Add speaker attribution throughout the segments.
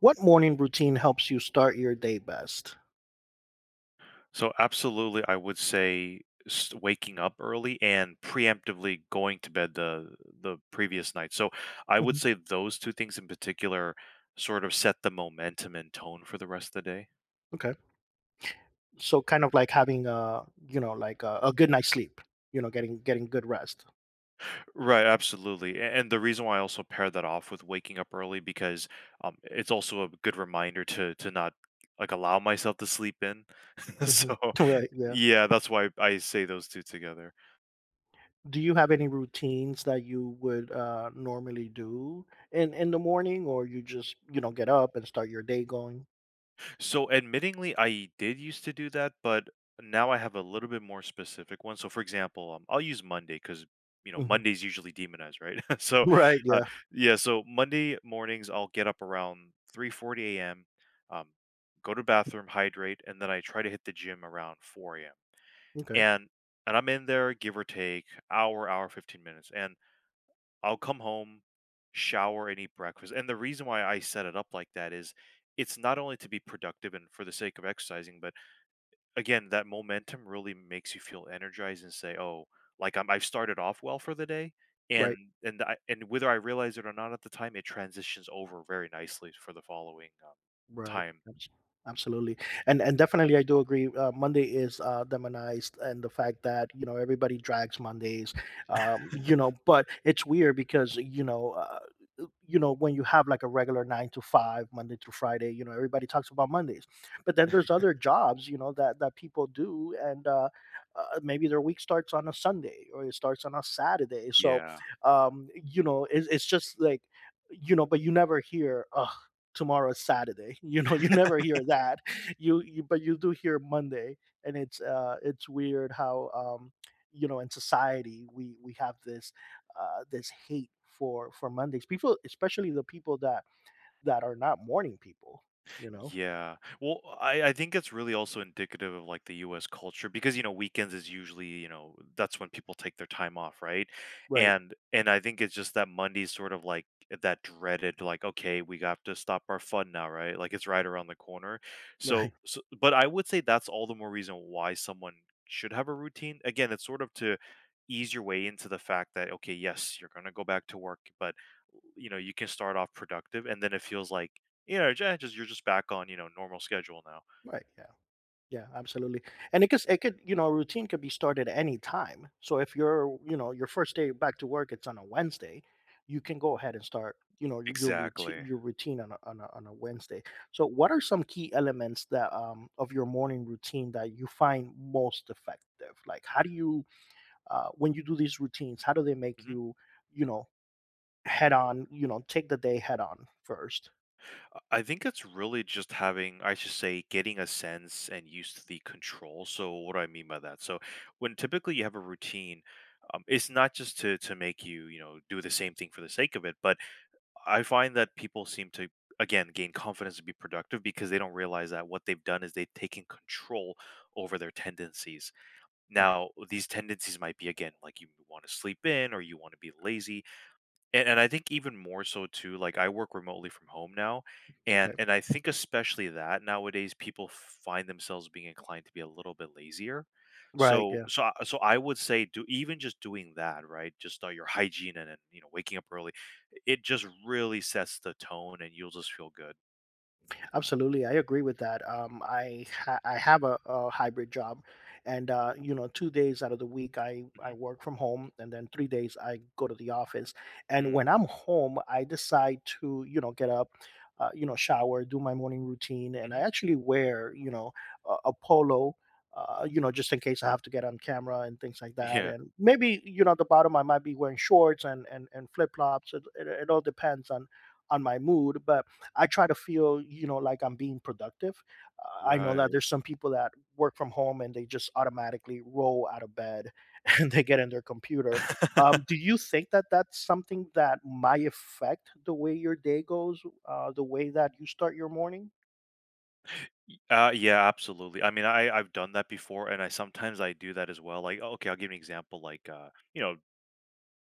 Speaker 1: What morning routine helps you start your day best?
Speaker 2: So absolutely, I would say waking up early and preemptively going to bed the previous night. So I would
Speaker 1: Mhm.
Speaker 2: say those two things in particular sort of set the momentum and tone for the rest of the day.
Speaker 1: Okay. So kind of like having a, you know, like a good night's sleep, getting good rest.
Speaker 2: Right, absolutely. And the reason why I also pair that off with waking up early because it's also a good reminder to not like allow myself to sleep in.
Speaker 1: Hmm.
Speaker 2: So
Speaker 1: Right. Yeah.
Speaker 2: yeah, that's why I say those two together.
Speaker 1: Do you have any routines that you would normally do in the morning, or you just get up and start your day going?
Speaker 2: So, admittingly, I did used to do that, but now I have a little bit more specific one. So, for example, I'll use Monday because you know
Speaker 1: Hmm.
Speaker 2: Monday's usually demonized, right?
Speaker 1: Right.
Speaker 2: Uh,
Speaker 1: Yeah.
Speaker 2: yeah. So Monday mornings, I'll get up around 3:40 a.m., um, go to bathroom, hydrate, and then I try to hit the gym around four a.m.
Speaker 1: Okay.
Speaker 2: and and I'm in there, give or take hour, hour 15 minutes, and I'll come home, shower, and eat breakfast. And the reason why I set it up like that is it's not only to be productive and for the sake of exercising, but again, that momentum really makes you feel energized and say, "Oh, like, I've started off well for the day,"
Speaker 1: Right.
Speaker 2: and and whether I realize it or not at the time, it transitions over very nicely for the following,
Speaker 1: Right.
Speaker 2: time.
Speaker 1: Absolutely. And definitely I do agree. Monday is demonized, and the fact that, everybody drags Mondays, but it's weird because, when you have like a regular nine to five, Monday through Friday, everybody talks about Mondays, but then there's other jobs, that people do. And maybe their week starts on a Sunday or it starts on a Saturday. So,
Speaker 2: Yeah.
Speaker 1: it's just like, but you never hear, oh, tomorrow is Saturday. You never hear that. You but you do hear Monday, and it's weird how in society we have this this hate for Mondays. People, especially the people that are not morning people. You know,
Speaker 2: Yeah. Well, I think it's really also indicative of like the US culture because you know weekends is usually, you know, that's when people take their time off, right?
Speaker 1: right,
Speaker 2: And I think it's just that Monday's sort of like that dreaded like okay, we have to stop our fun now, right? Like it's right around the corner. So,
Speaker 1: right,
Speaker 2: so but I would say that's all the more reason why someone should have a routine. Again, it's sort of to ease your way into the fact that okay, yes, you're going to go back to work, but you know, you can start off productive and then it feels like you know, ju just you're just back on, you know, normal schedule now.
Speaker 1: right. Yeah. Yeah, absolutely. And it could, a routine could be started any time. So if you're, your first day back to work, it's on a Wednesday, you can go ahead and start, your routine,
Speaker 2: Exactly.
Speaker 1: your routine on a Wednesday. So what are some key elements of your morning routine that you find most effective? Like, when you do these routines, how do they make
Speaker 2: Mhm.
Speaker 1: you, you know, head on, take the day head on first?
Speaker 2: I think it's really just having I should say, getting a sense and used to the control, so what do I mean by that? So, when typically you have a routine, it's not just to make you, you know, do the same thing for the sake of it, but I find that people seem to, again, gain confidence to be productive because they don't realize that what they've done is they've taken control over their tendencies.
Speaker 1: Right.
Speaker 2: Now, these tendencies might be, again, like you wanna sleep in or you wanna be lazy. And I think even more so too, like, I work remotely from home now,
Speaker 1: Okay.
Speaker 2: and I think especially that nowadays, people find themselves being inclined to be a little bit lazier.
Speaker 1: Right.
Speaker 2: So I would say do even just doing that, right? Just, your hygiene and you know, waking up early, it just really sets the tone, and you'll just feel good.
Speaker 1: Absolutely, I agree with that. I I have a hybrid job, and 2 days out of the week I
Speaker 2: Mhm.
Speaker 1: work from home, and then 3 days I go to the office. And
Speaker 2: Mm,
Speaker 1: when I'm home, I decide to get up, shower, do my morning routine, and I
Speaker 2: mhm.
Speaker 1: actually wear a polo. Just in case I have to get on camera and things like that,
Speaker 2: Yeah.
Speaker 1: and maybe at the bottom I might be wearing shorts and flip flops. It all depends on my mood, but I try to feel, like I'm being productive. I know that
Speaker 2: Right.
Speaker 1: there's some people that work from home and they just automatically roll out of bed and they get in their computer. Do you think that that's something that might affect the way your day goes, the way that you start your morning?
Speaker 2: Yeah, absolutely. I mean, I've done that before, and I sometimes I do that as well. Like, "Oh, okay, I'll give you an example, like, you know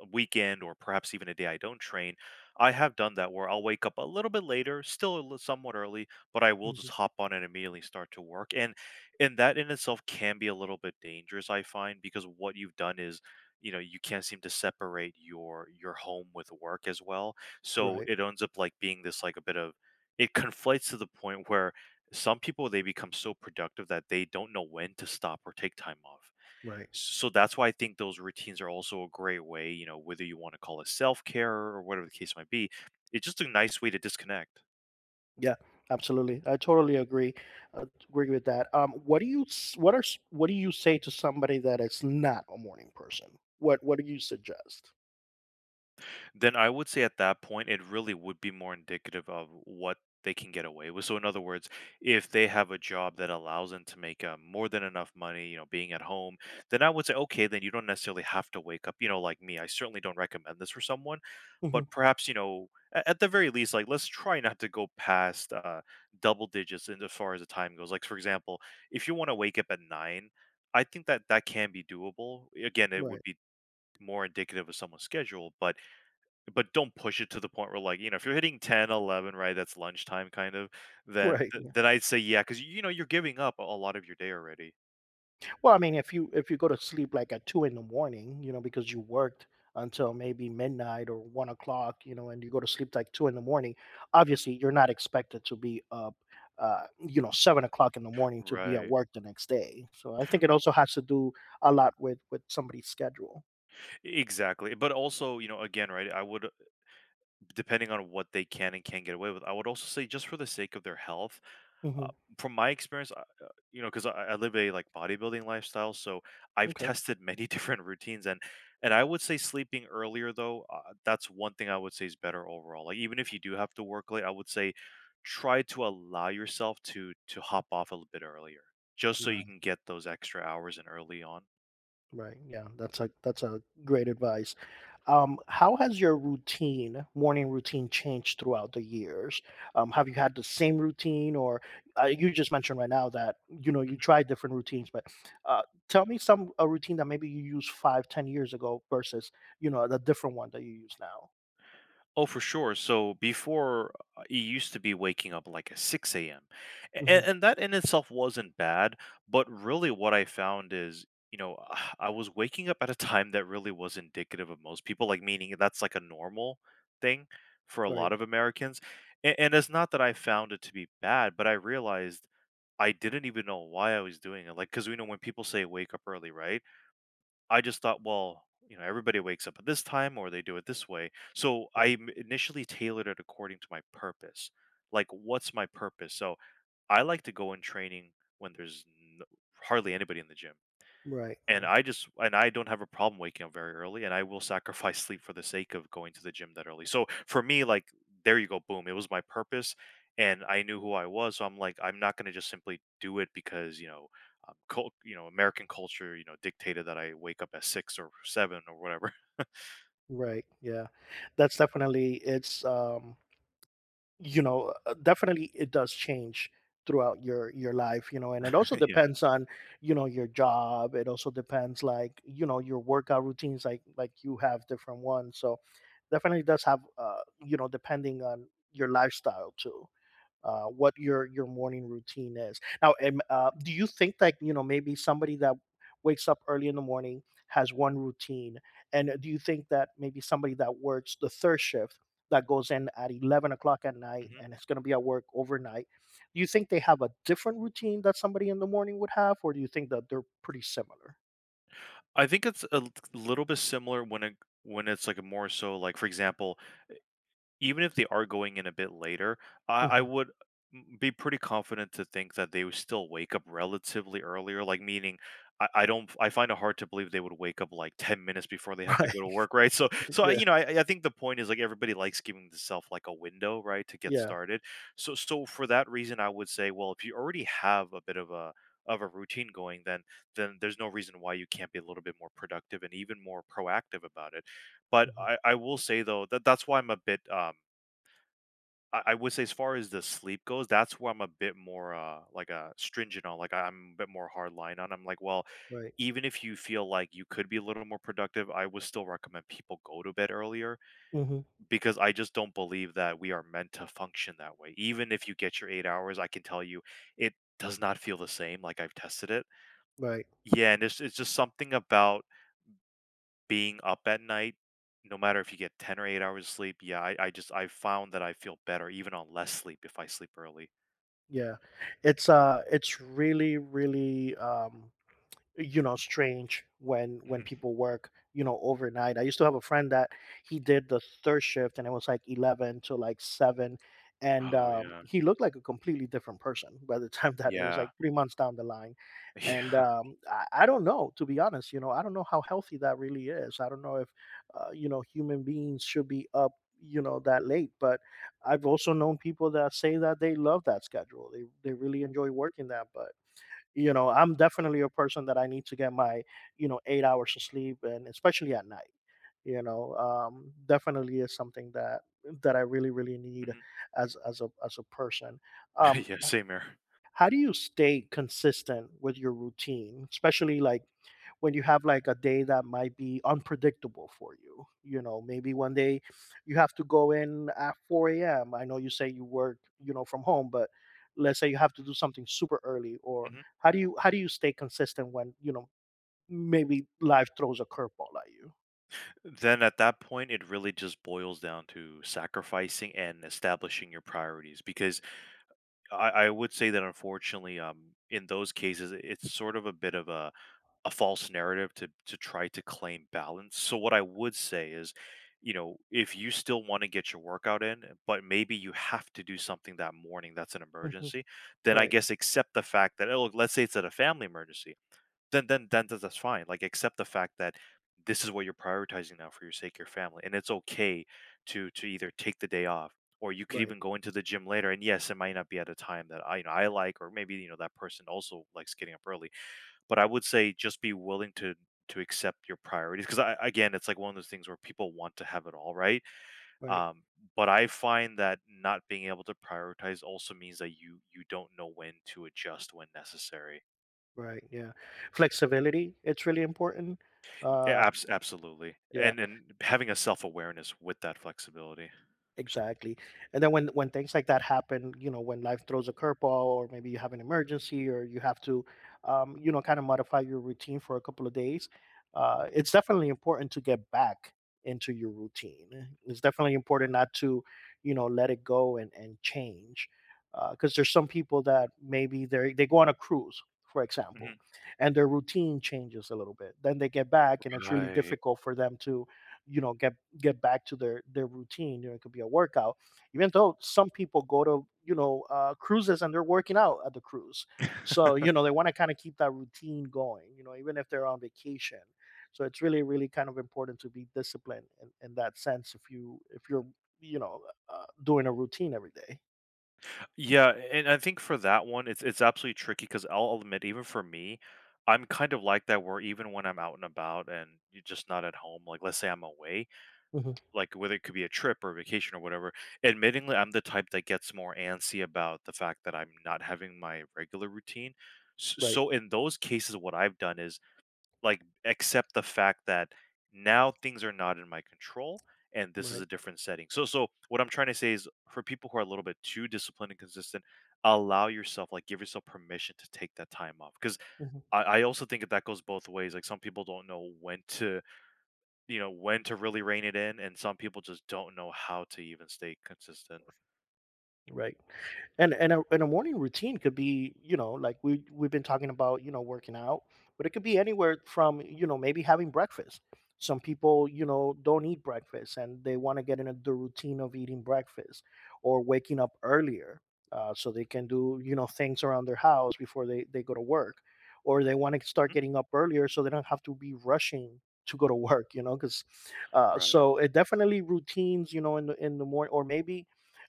Speaker 2: a weekend or perhaps even a day I don't train, I have done that where I'll wake up a little bit later, still a somewhat early, but I will
Speaker 1: Mm.
Speaker 2: just hop on and immediately start to work. And that in itself can be a little bit dangerous, I find, because what you've done is, you know, you can't seem to separate your home with work as well. So
Speaker 1: Right,
Speaker 2: it ends up like being this like a bit of it conflates to the point where some people they become so productive that they don't know when to stop or take time off.
Speaker 1: right.
Speaker 2: So that's why I think those routines are also a great way, you know, whether you want to call it self care or whatever the case might be. It's just a nice way to disconnect.
Speaker 1: Yeah, absolutely. I totally agree with that. What do you what do you say to somebody that is not a morning person? What do you suggest?
Speaker 2: Then I would say at that point, it really would be more indicative of what they can get away with. So, in other words, if they have a job that allows them to make more than enough money, you know, being at home, then I would say, okay, then you don't necessarily have to wake up, you know, like me. I certainly don't recommend this for someone, but
Speaker 1: Mhm.
Speaker 2: perhaps, you know, at the very least, like let's try not to go past double digits in as far as the time goes. Like, for example, if you want to wake up at 9, I think that that can be doable. Again, it
Speaker 1: Right,
Speaker 2: would be more indicative of someone's schedule, but don't push it to the point where, like, you know, if you're hitting 10, 11, right, that's lunchtime kind of, then
Speaker 1: right.
Speaker 2: th then I'd say, yeah, because you know, you're giving up a lot of your day already.
Speaker 1: Well, I mean, if you go to sleep like at 2 in the morning, because you worked until maybe midnight or 1 o'clock, and you go to sleep like 2 in the morning, obviously you're not expected to be up, 7 o'clock in the morning to be at
Speaker 2: Right.
Speaker 1: work the next day. So I think it also has to do a lot with somebody's schedule.
Speaker 2: Exactly, but also, you know, again, right, I would depending on what they can and can't get away with. I would also say just for the sake of their health, uh,
Speaker 1: Hmm.
Speaker 2: from my experience, you know, because I live a like bodybuilding lifestyle, so I've
Speaker 1: Okay.
Speaker 2: tested many different routines, and I would say sleeping earlier though, that's one thing I would say is better overall. Like even if you do have to work late, I would say try to allow yourself to hop off a little bit earlier, just so you
Speaker 1: Right.
Speaker 2: can get those extra hours in early on.
Speaker 1: Right. Yeah. That's a great advice. How has your morning routine changed throughout the years? Have you had the same routine or you just mentioned right now that, you tried different routines, but uh, tell me some a routine that maybe you used five, 10 years ago versus, the different one that you use now.
Speaker 2: Oh, for sure. So before, it used to be waking up like at 6 a.m.
Speaker 1: Hmm.
Speaker 2: And that in itself wasn't bad. But really, what I found is, you know, I was waking up at a time that really was indicative of most people, like meaning that's like a normal thing for a
Speaker 1: Right,
Speaker 2: lot of Americans. And it's not that I found it to be bad, but I realized I didn't even know why I was doing it. Like, because we know when people say wake up early, right? I just thought, well, you know, everybody wakes up at this time or they do it this way. So
Speaker 1: right,
Speaker 2: initially tailored it according to my purpose. Like, what's my purpose? So I like to go in training when there's hardly anybody in the gym.
Speaker 1: right.
Speaker 2: And
Speaker 1: Yeah.
Speaker 2: I just and I don't have a problem waking up very early, and I will sacrifice sleep for the sake of going to the gym that early. So for me, like, there you go, boom. It was my purpose, and I knew who I was. So I'm like, I'm not gonna just simply do it because you know, cult, you know, American culture, you know, dictated that I wake up at six or seven or whatever.
Speaker 1: Right. Yeah. That's definitely it's you know definitely it does change throughout your life and it also
Speaker 2: Yeah.
Speaker 1: depends on your job. It also depends like your workout routines, like you have different ones. So definitely does have depending on your lifestyle too, what your morning routine is. Now, do you think that maybe somebody that wakes up early in the morning has one routine, and do you think that maybe somebody that works the third shift that goes in at 11 o'clock at night
Speaker 2: Mhm.
Speaker 1: and is going to be at work overnight, do you think they have a different routine that somebody in the morning would have, or do you think that they're pretty similar?
Speaker 2: I think it's a little bit similar when it when it's like a more so like for example, even if they are going in a bit later, I
Speaker 1: Hmm.
Speaker 2: would m be pretty confident to think that they would still wake up relatively earlier, like, meaning I don't I find it hard to believe they would wake up, like, 10 minutes before they have to go to
Speaker 1: Right.
Speaker 2: work, right? So so I
Speaker 1: Yeah.
Speaker 2: you know, I think the point is, like, everybody likes giving themselves like, a window, right, to get
Speaker 1: Yeah.
Speaker 2: started. So for that reason, I would say, well, if you already have a bit of a routine going, then there's no reason why you can't be a little bit more productive and even more proactive about it. But
Speaker 1: Hmm.
Speaker 2: I will say, though, that that's why I'm a bit, I would say as far as the sleep goes, that's where I'm a bit more, like, a stringent on, like, I'm a bit more hard line on. I'm like, "Well,
Speaker 1: Right.
Speaker 2: even if you feel like you could be a little more productive, I would still recommend people go to bed earlier,"
Speaker 1: Hmm.
Speaker 2: because I just don't believe that we are meant to function that way. Even if you get your 8 hours, I can tell you it does not feel the same, like, I've tested it.
Speaker 1: Right.
Speaker 2: Yeah, and it's just something about being up at night, no matter if you get 10 or 8 hours sleep. Yeah, I found that I feel better even on less sleep if I sleep early.
Speaker 1: Yeah. It's really, really strange when
Speaker 2: Mhm.
Speaker 1: people work overnight. I used to have a friend that he did the third shift and it was like 11 to like 7, and
Speaker 2: Oh, yeah.
Speaker 1: he looked like a completely different person by the time that it was like
Speaker 2: Yeah.
Speaker 1: 3 months down the line. And
Speaker 2: Yeah.
Speaker 1: I don't know, to be honest. I don't know how healthy that really is. I don't know if human beings should be up that late, but I've also known people that say that they love that schedule. They really enjoy working that, but I'm definitely a person that I need to get my, 8 hours of sleep, and especially at night. Definitely is something that I really, really need
Speaker 2: Mhm.
Speaker 1: as a person. Um,
Speaker 2: Yeah, same here.
Speaker 1: how do you stay consistent with your routine, especially like when you have like a day that might be unpredictable for you? Maybe one day you have to go in at 4 a.m. I know you say you work, from home, but let's say you have to do something super early. Or
Speaker 2: Mhm.
Speaker 1: how do you stay consistent when, maybe life throws a curveball at you?
Speaker 2: Then at that point, it really just boils down to sacrificing and establishing your priorities because I would say that unfortunately, in those cases, it's sort of a bit of a false narrative to try to claim balance. So what I would say is, you know, if you still want to get your workout in, but maybe you have to do something that morning that's an
Speaker 1: Hmm.
Speaker 2: emergency, then I
Speaker 1: Right,
Speaker 2: guess accept the fact that oh, look, let's say it's at a family emergency then that's fine. Like accept the fact that this is what you're prioritizing now for your sake, your family, and it's okay to either take the day off or you could
Speaker 1: right,
Speaker 2: even go into the gym later. And yes, it might not be at a time that I you know I like, or maybe you know that person also likes getting up early. But I would say just be willing to accept your priorities because I, again it's like one of those things where people want to have it all right
Speaker 1: right,
Speaker 2: um, but I find that not being able to prioritize also means that you don't know when to adjust when necessary.
Speaker 1: right. Yeah. Flexibility, it's really important. Uh
Speaker 2: Yeah, absolutely,
Speaker 1: yeah.
Speaker 2: and having a self-awareness with that flexibility.
Speaker 1: Exactly. And then when things like that happen, when life throws a curveball or maybe you have an emergency, or you have to kind of modify your routine for a couple of days, it's definitely important to get back into your routine. It's definitely important not to, let it go and change. Because there's some people that maybe they go on a cruise, for example,
Speaker 2: Mhm.
Speaker 1: and their routine changes a little bit. Then they get back, and it's really
Speaker 2: Right.
Speaker 1: difficult for them to, you know, get get back to their routine. It could be a workout. Even though some people go to cruises and they're working out at the cruise, so they want to kind of keep that routine going. Even if they're on vacation. So it's really, really kind of important to be disciplined in that sense. If you if you're you know doing a routine every day.
Speaker 2: Yeah, and I think for that one, it's absolutely tricky. Because 'cause I'll admit even for me, I'm kind of like that where even when I'm out and about and you're just not at home, like, let's say I'm away,
Speaker 1: Mhm.
Speaker 2: like, whether it could be a trip or a vacation or whatever, admittingly, I'm the type that gets more antsy about the fact that I'm not having my regular routine. S
Speaker 1: Right.
Speaker 2: so in those cases, what I've done is like, accept the fact that now things are not in my control and this is
Speaker 1: Right.
Speaker 2: a different setting. So what I'm trying to say is for people who are a little bit too disciplined and consistent, allow yourself, like give yourself permission to take that time off. Cause I also think that, that goes both ways. Like some people don't know when to, you know, when to really rein it in. And some people just don't know how to even stay consistent.
Speaker 1: Right. And a morning routine could be, like we've been talking about, working out, but it could be anywhere from, maybe having breakfast. Some people, don't eat breakfast, and they want to get into the routine of eating breakfast, or waking up earlier so they can do, things around their house before they go to work. Or they want to start
Speaker 2: Mhm.
Speaker 1: getting up earlier so they don't have to be rushing to go to work, you know, because
Speaker 2: Right.
Speaker 1: so it definitely routines, in the morning. Or maybe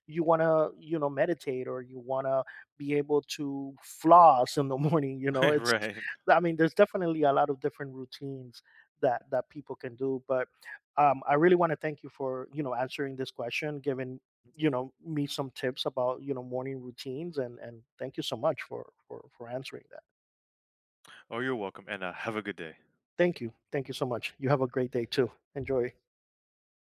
Speaker 1: you want to meditate, or you want to be able to floss in the morning. You know it's
Speaker 2: Right.
Speaker 1: I mean, there's definitely a lot of different routines that people can do. But I really want to thank you for answering this question, giving me some tips about morning routines. And thank you so much for answering that.
Speaker 2: Oh, you're welcome. And have a good day.
Speaker 1: Thank you, thank you so much. You have a great day too. Enjoy.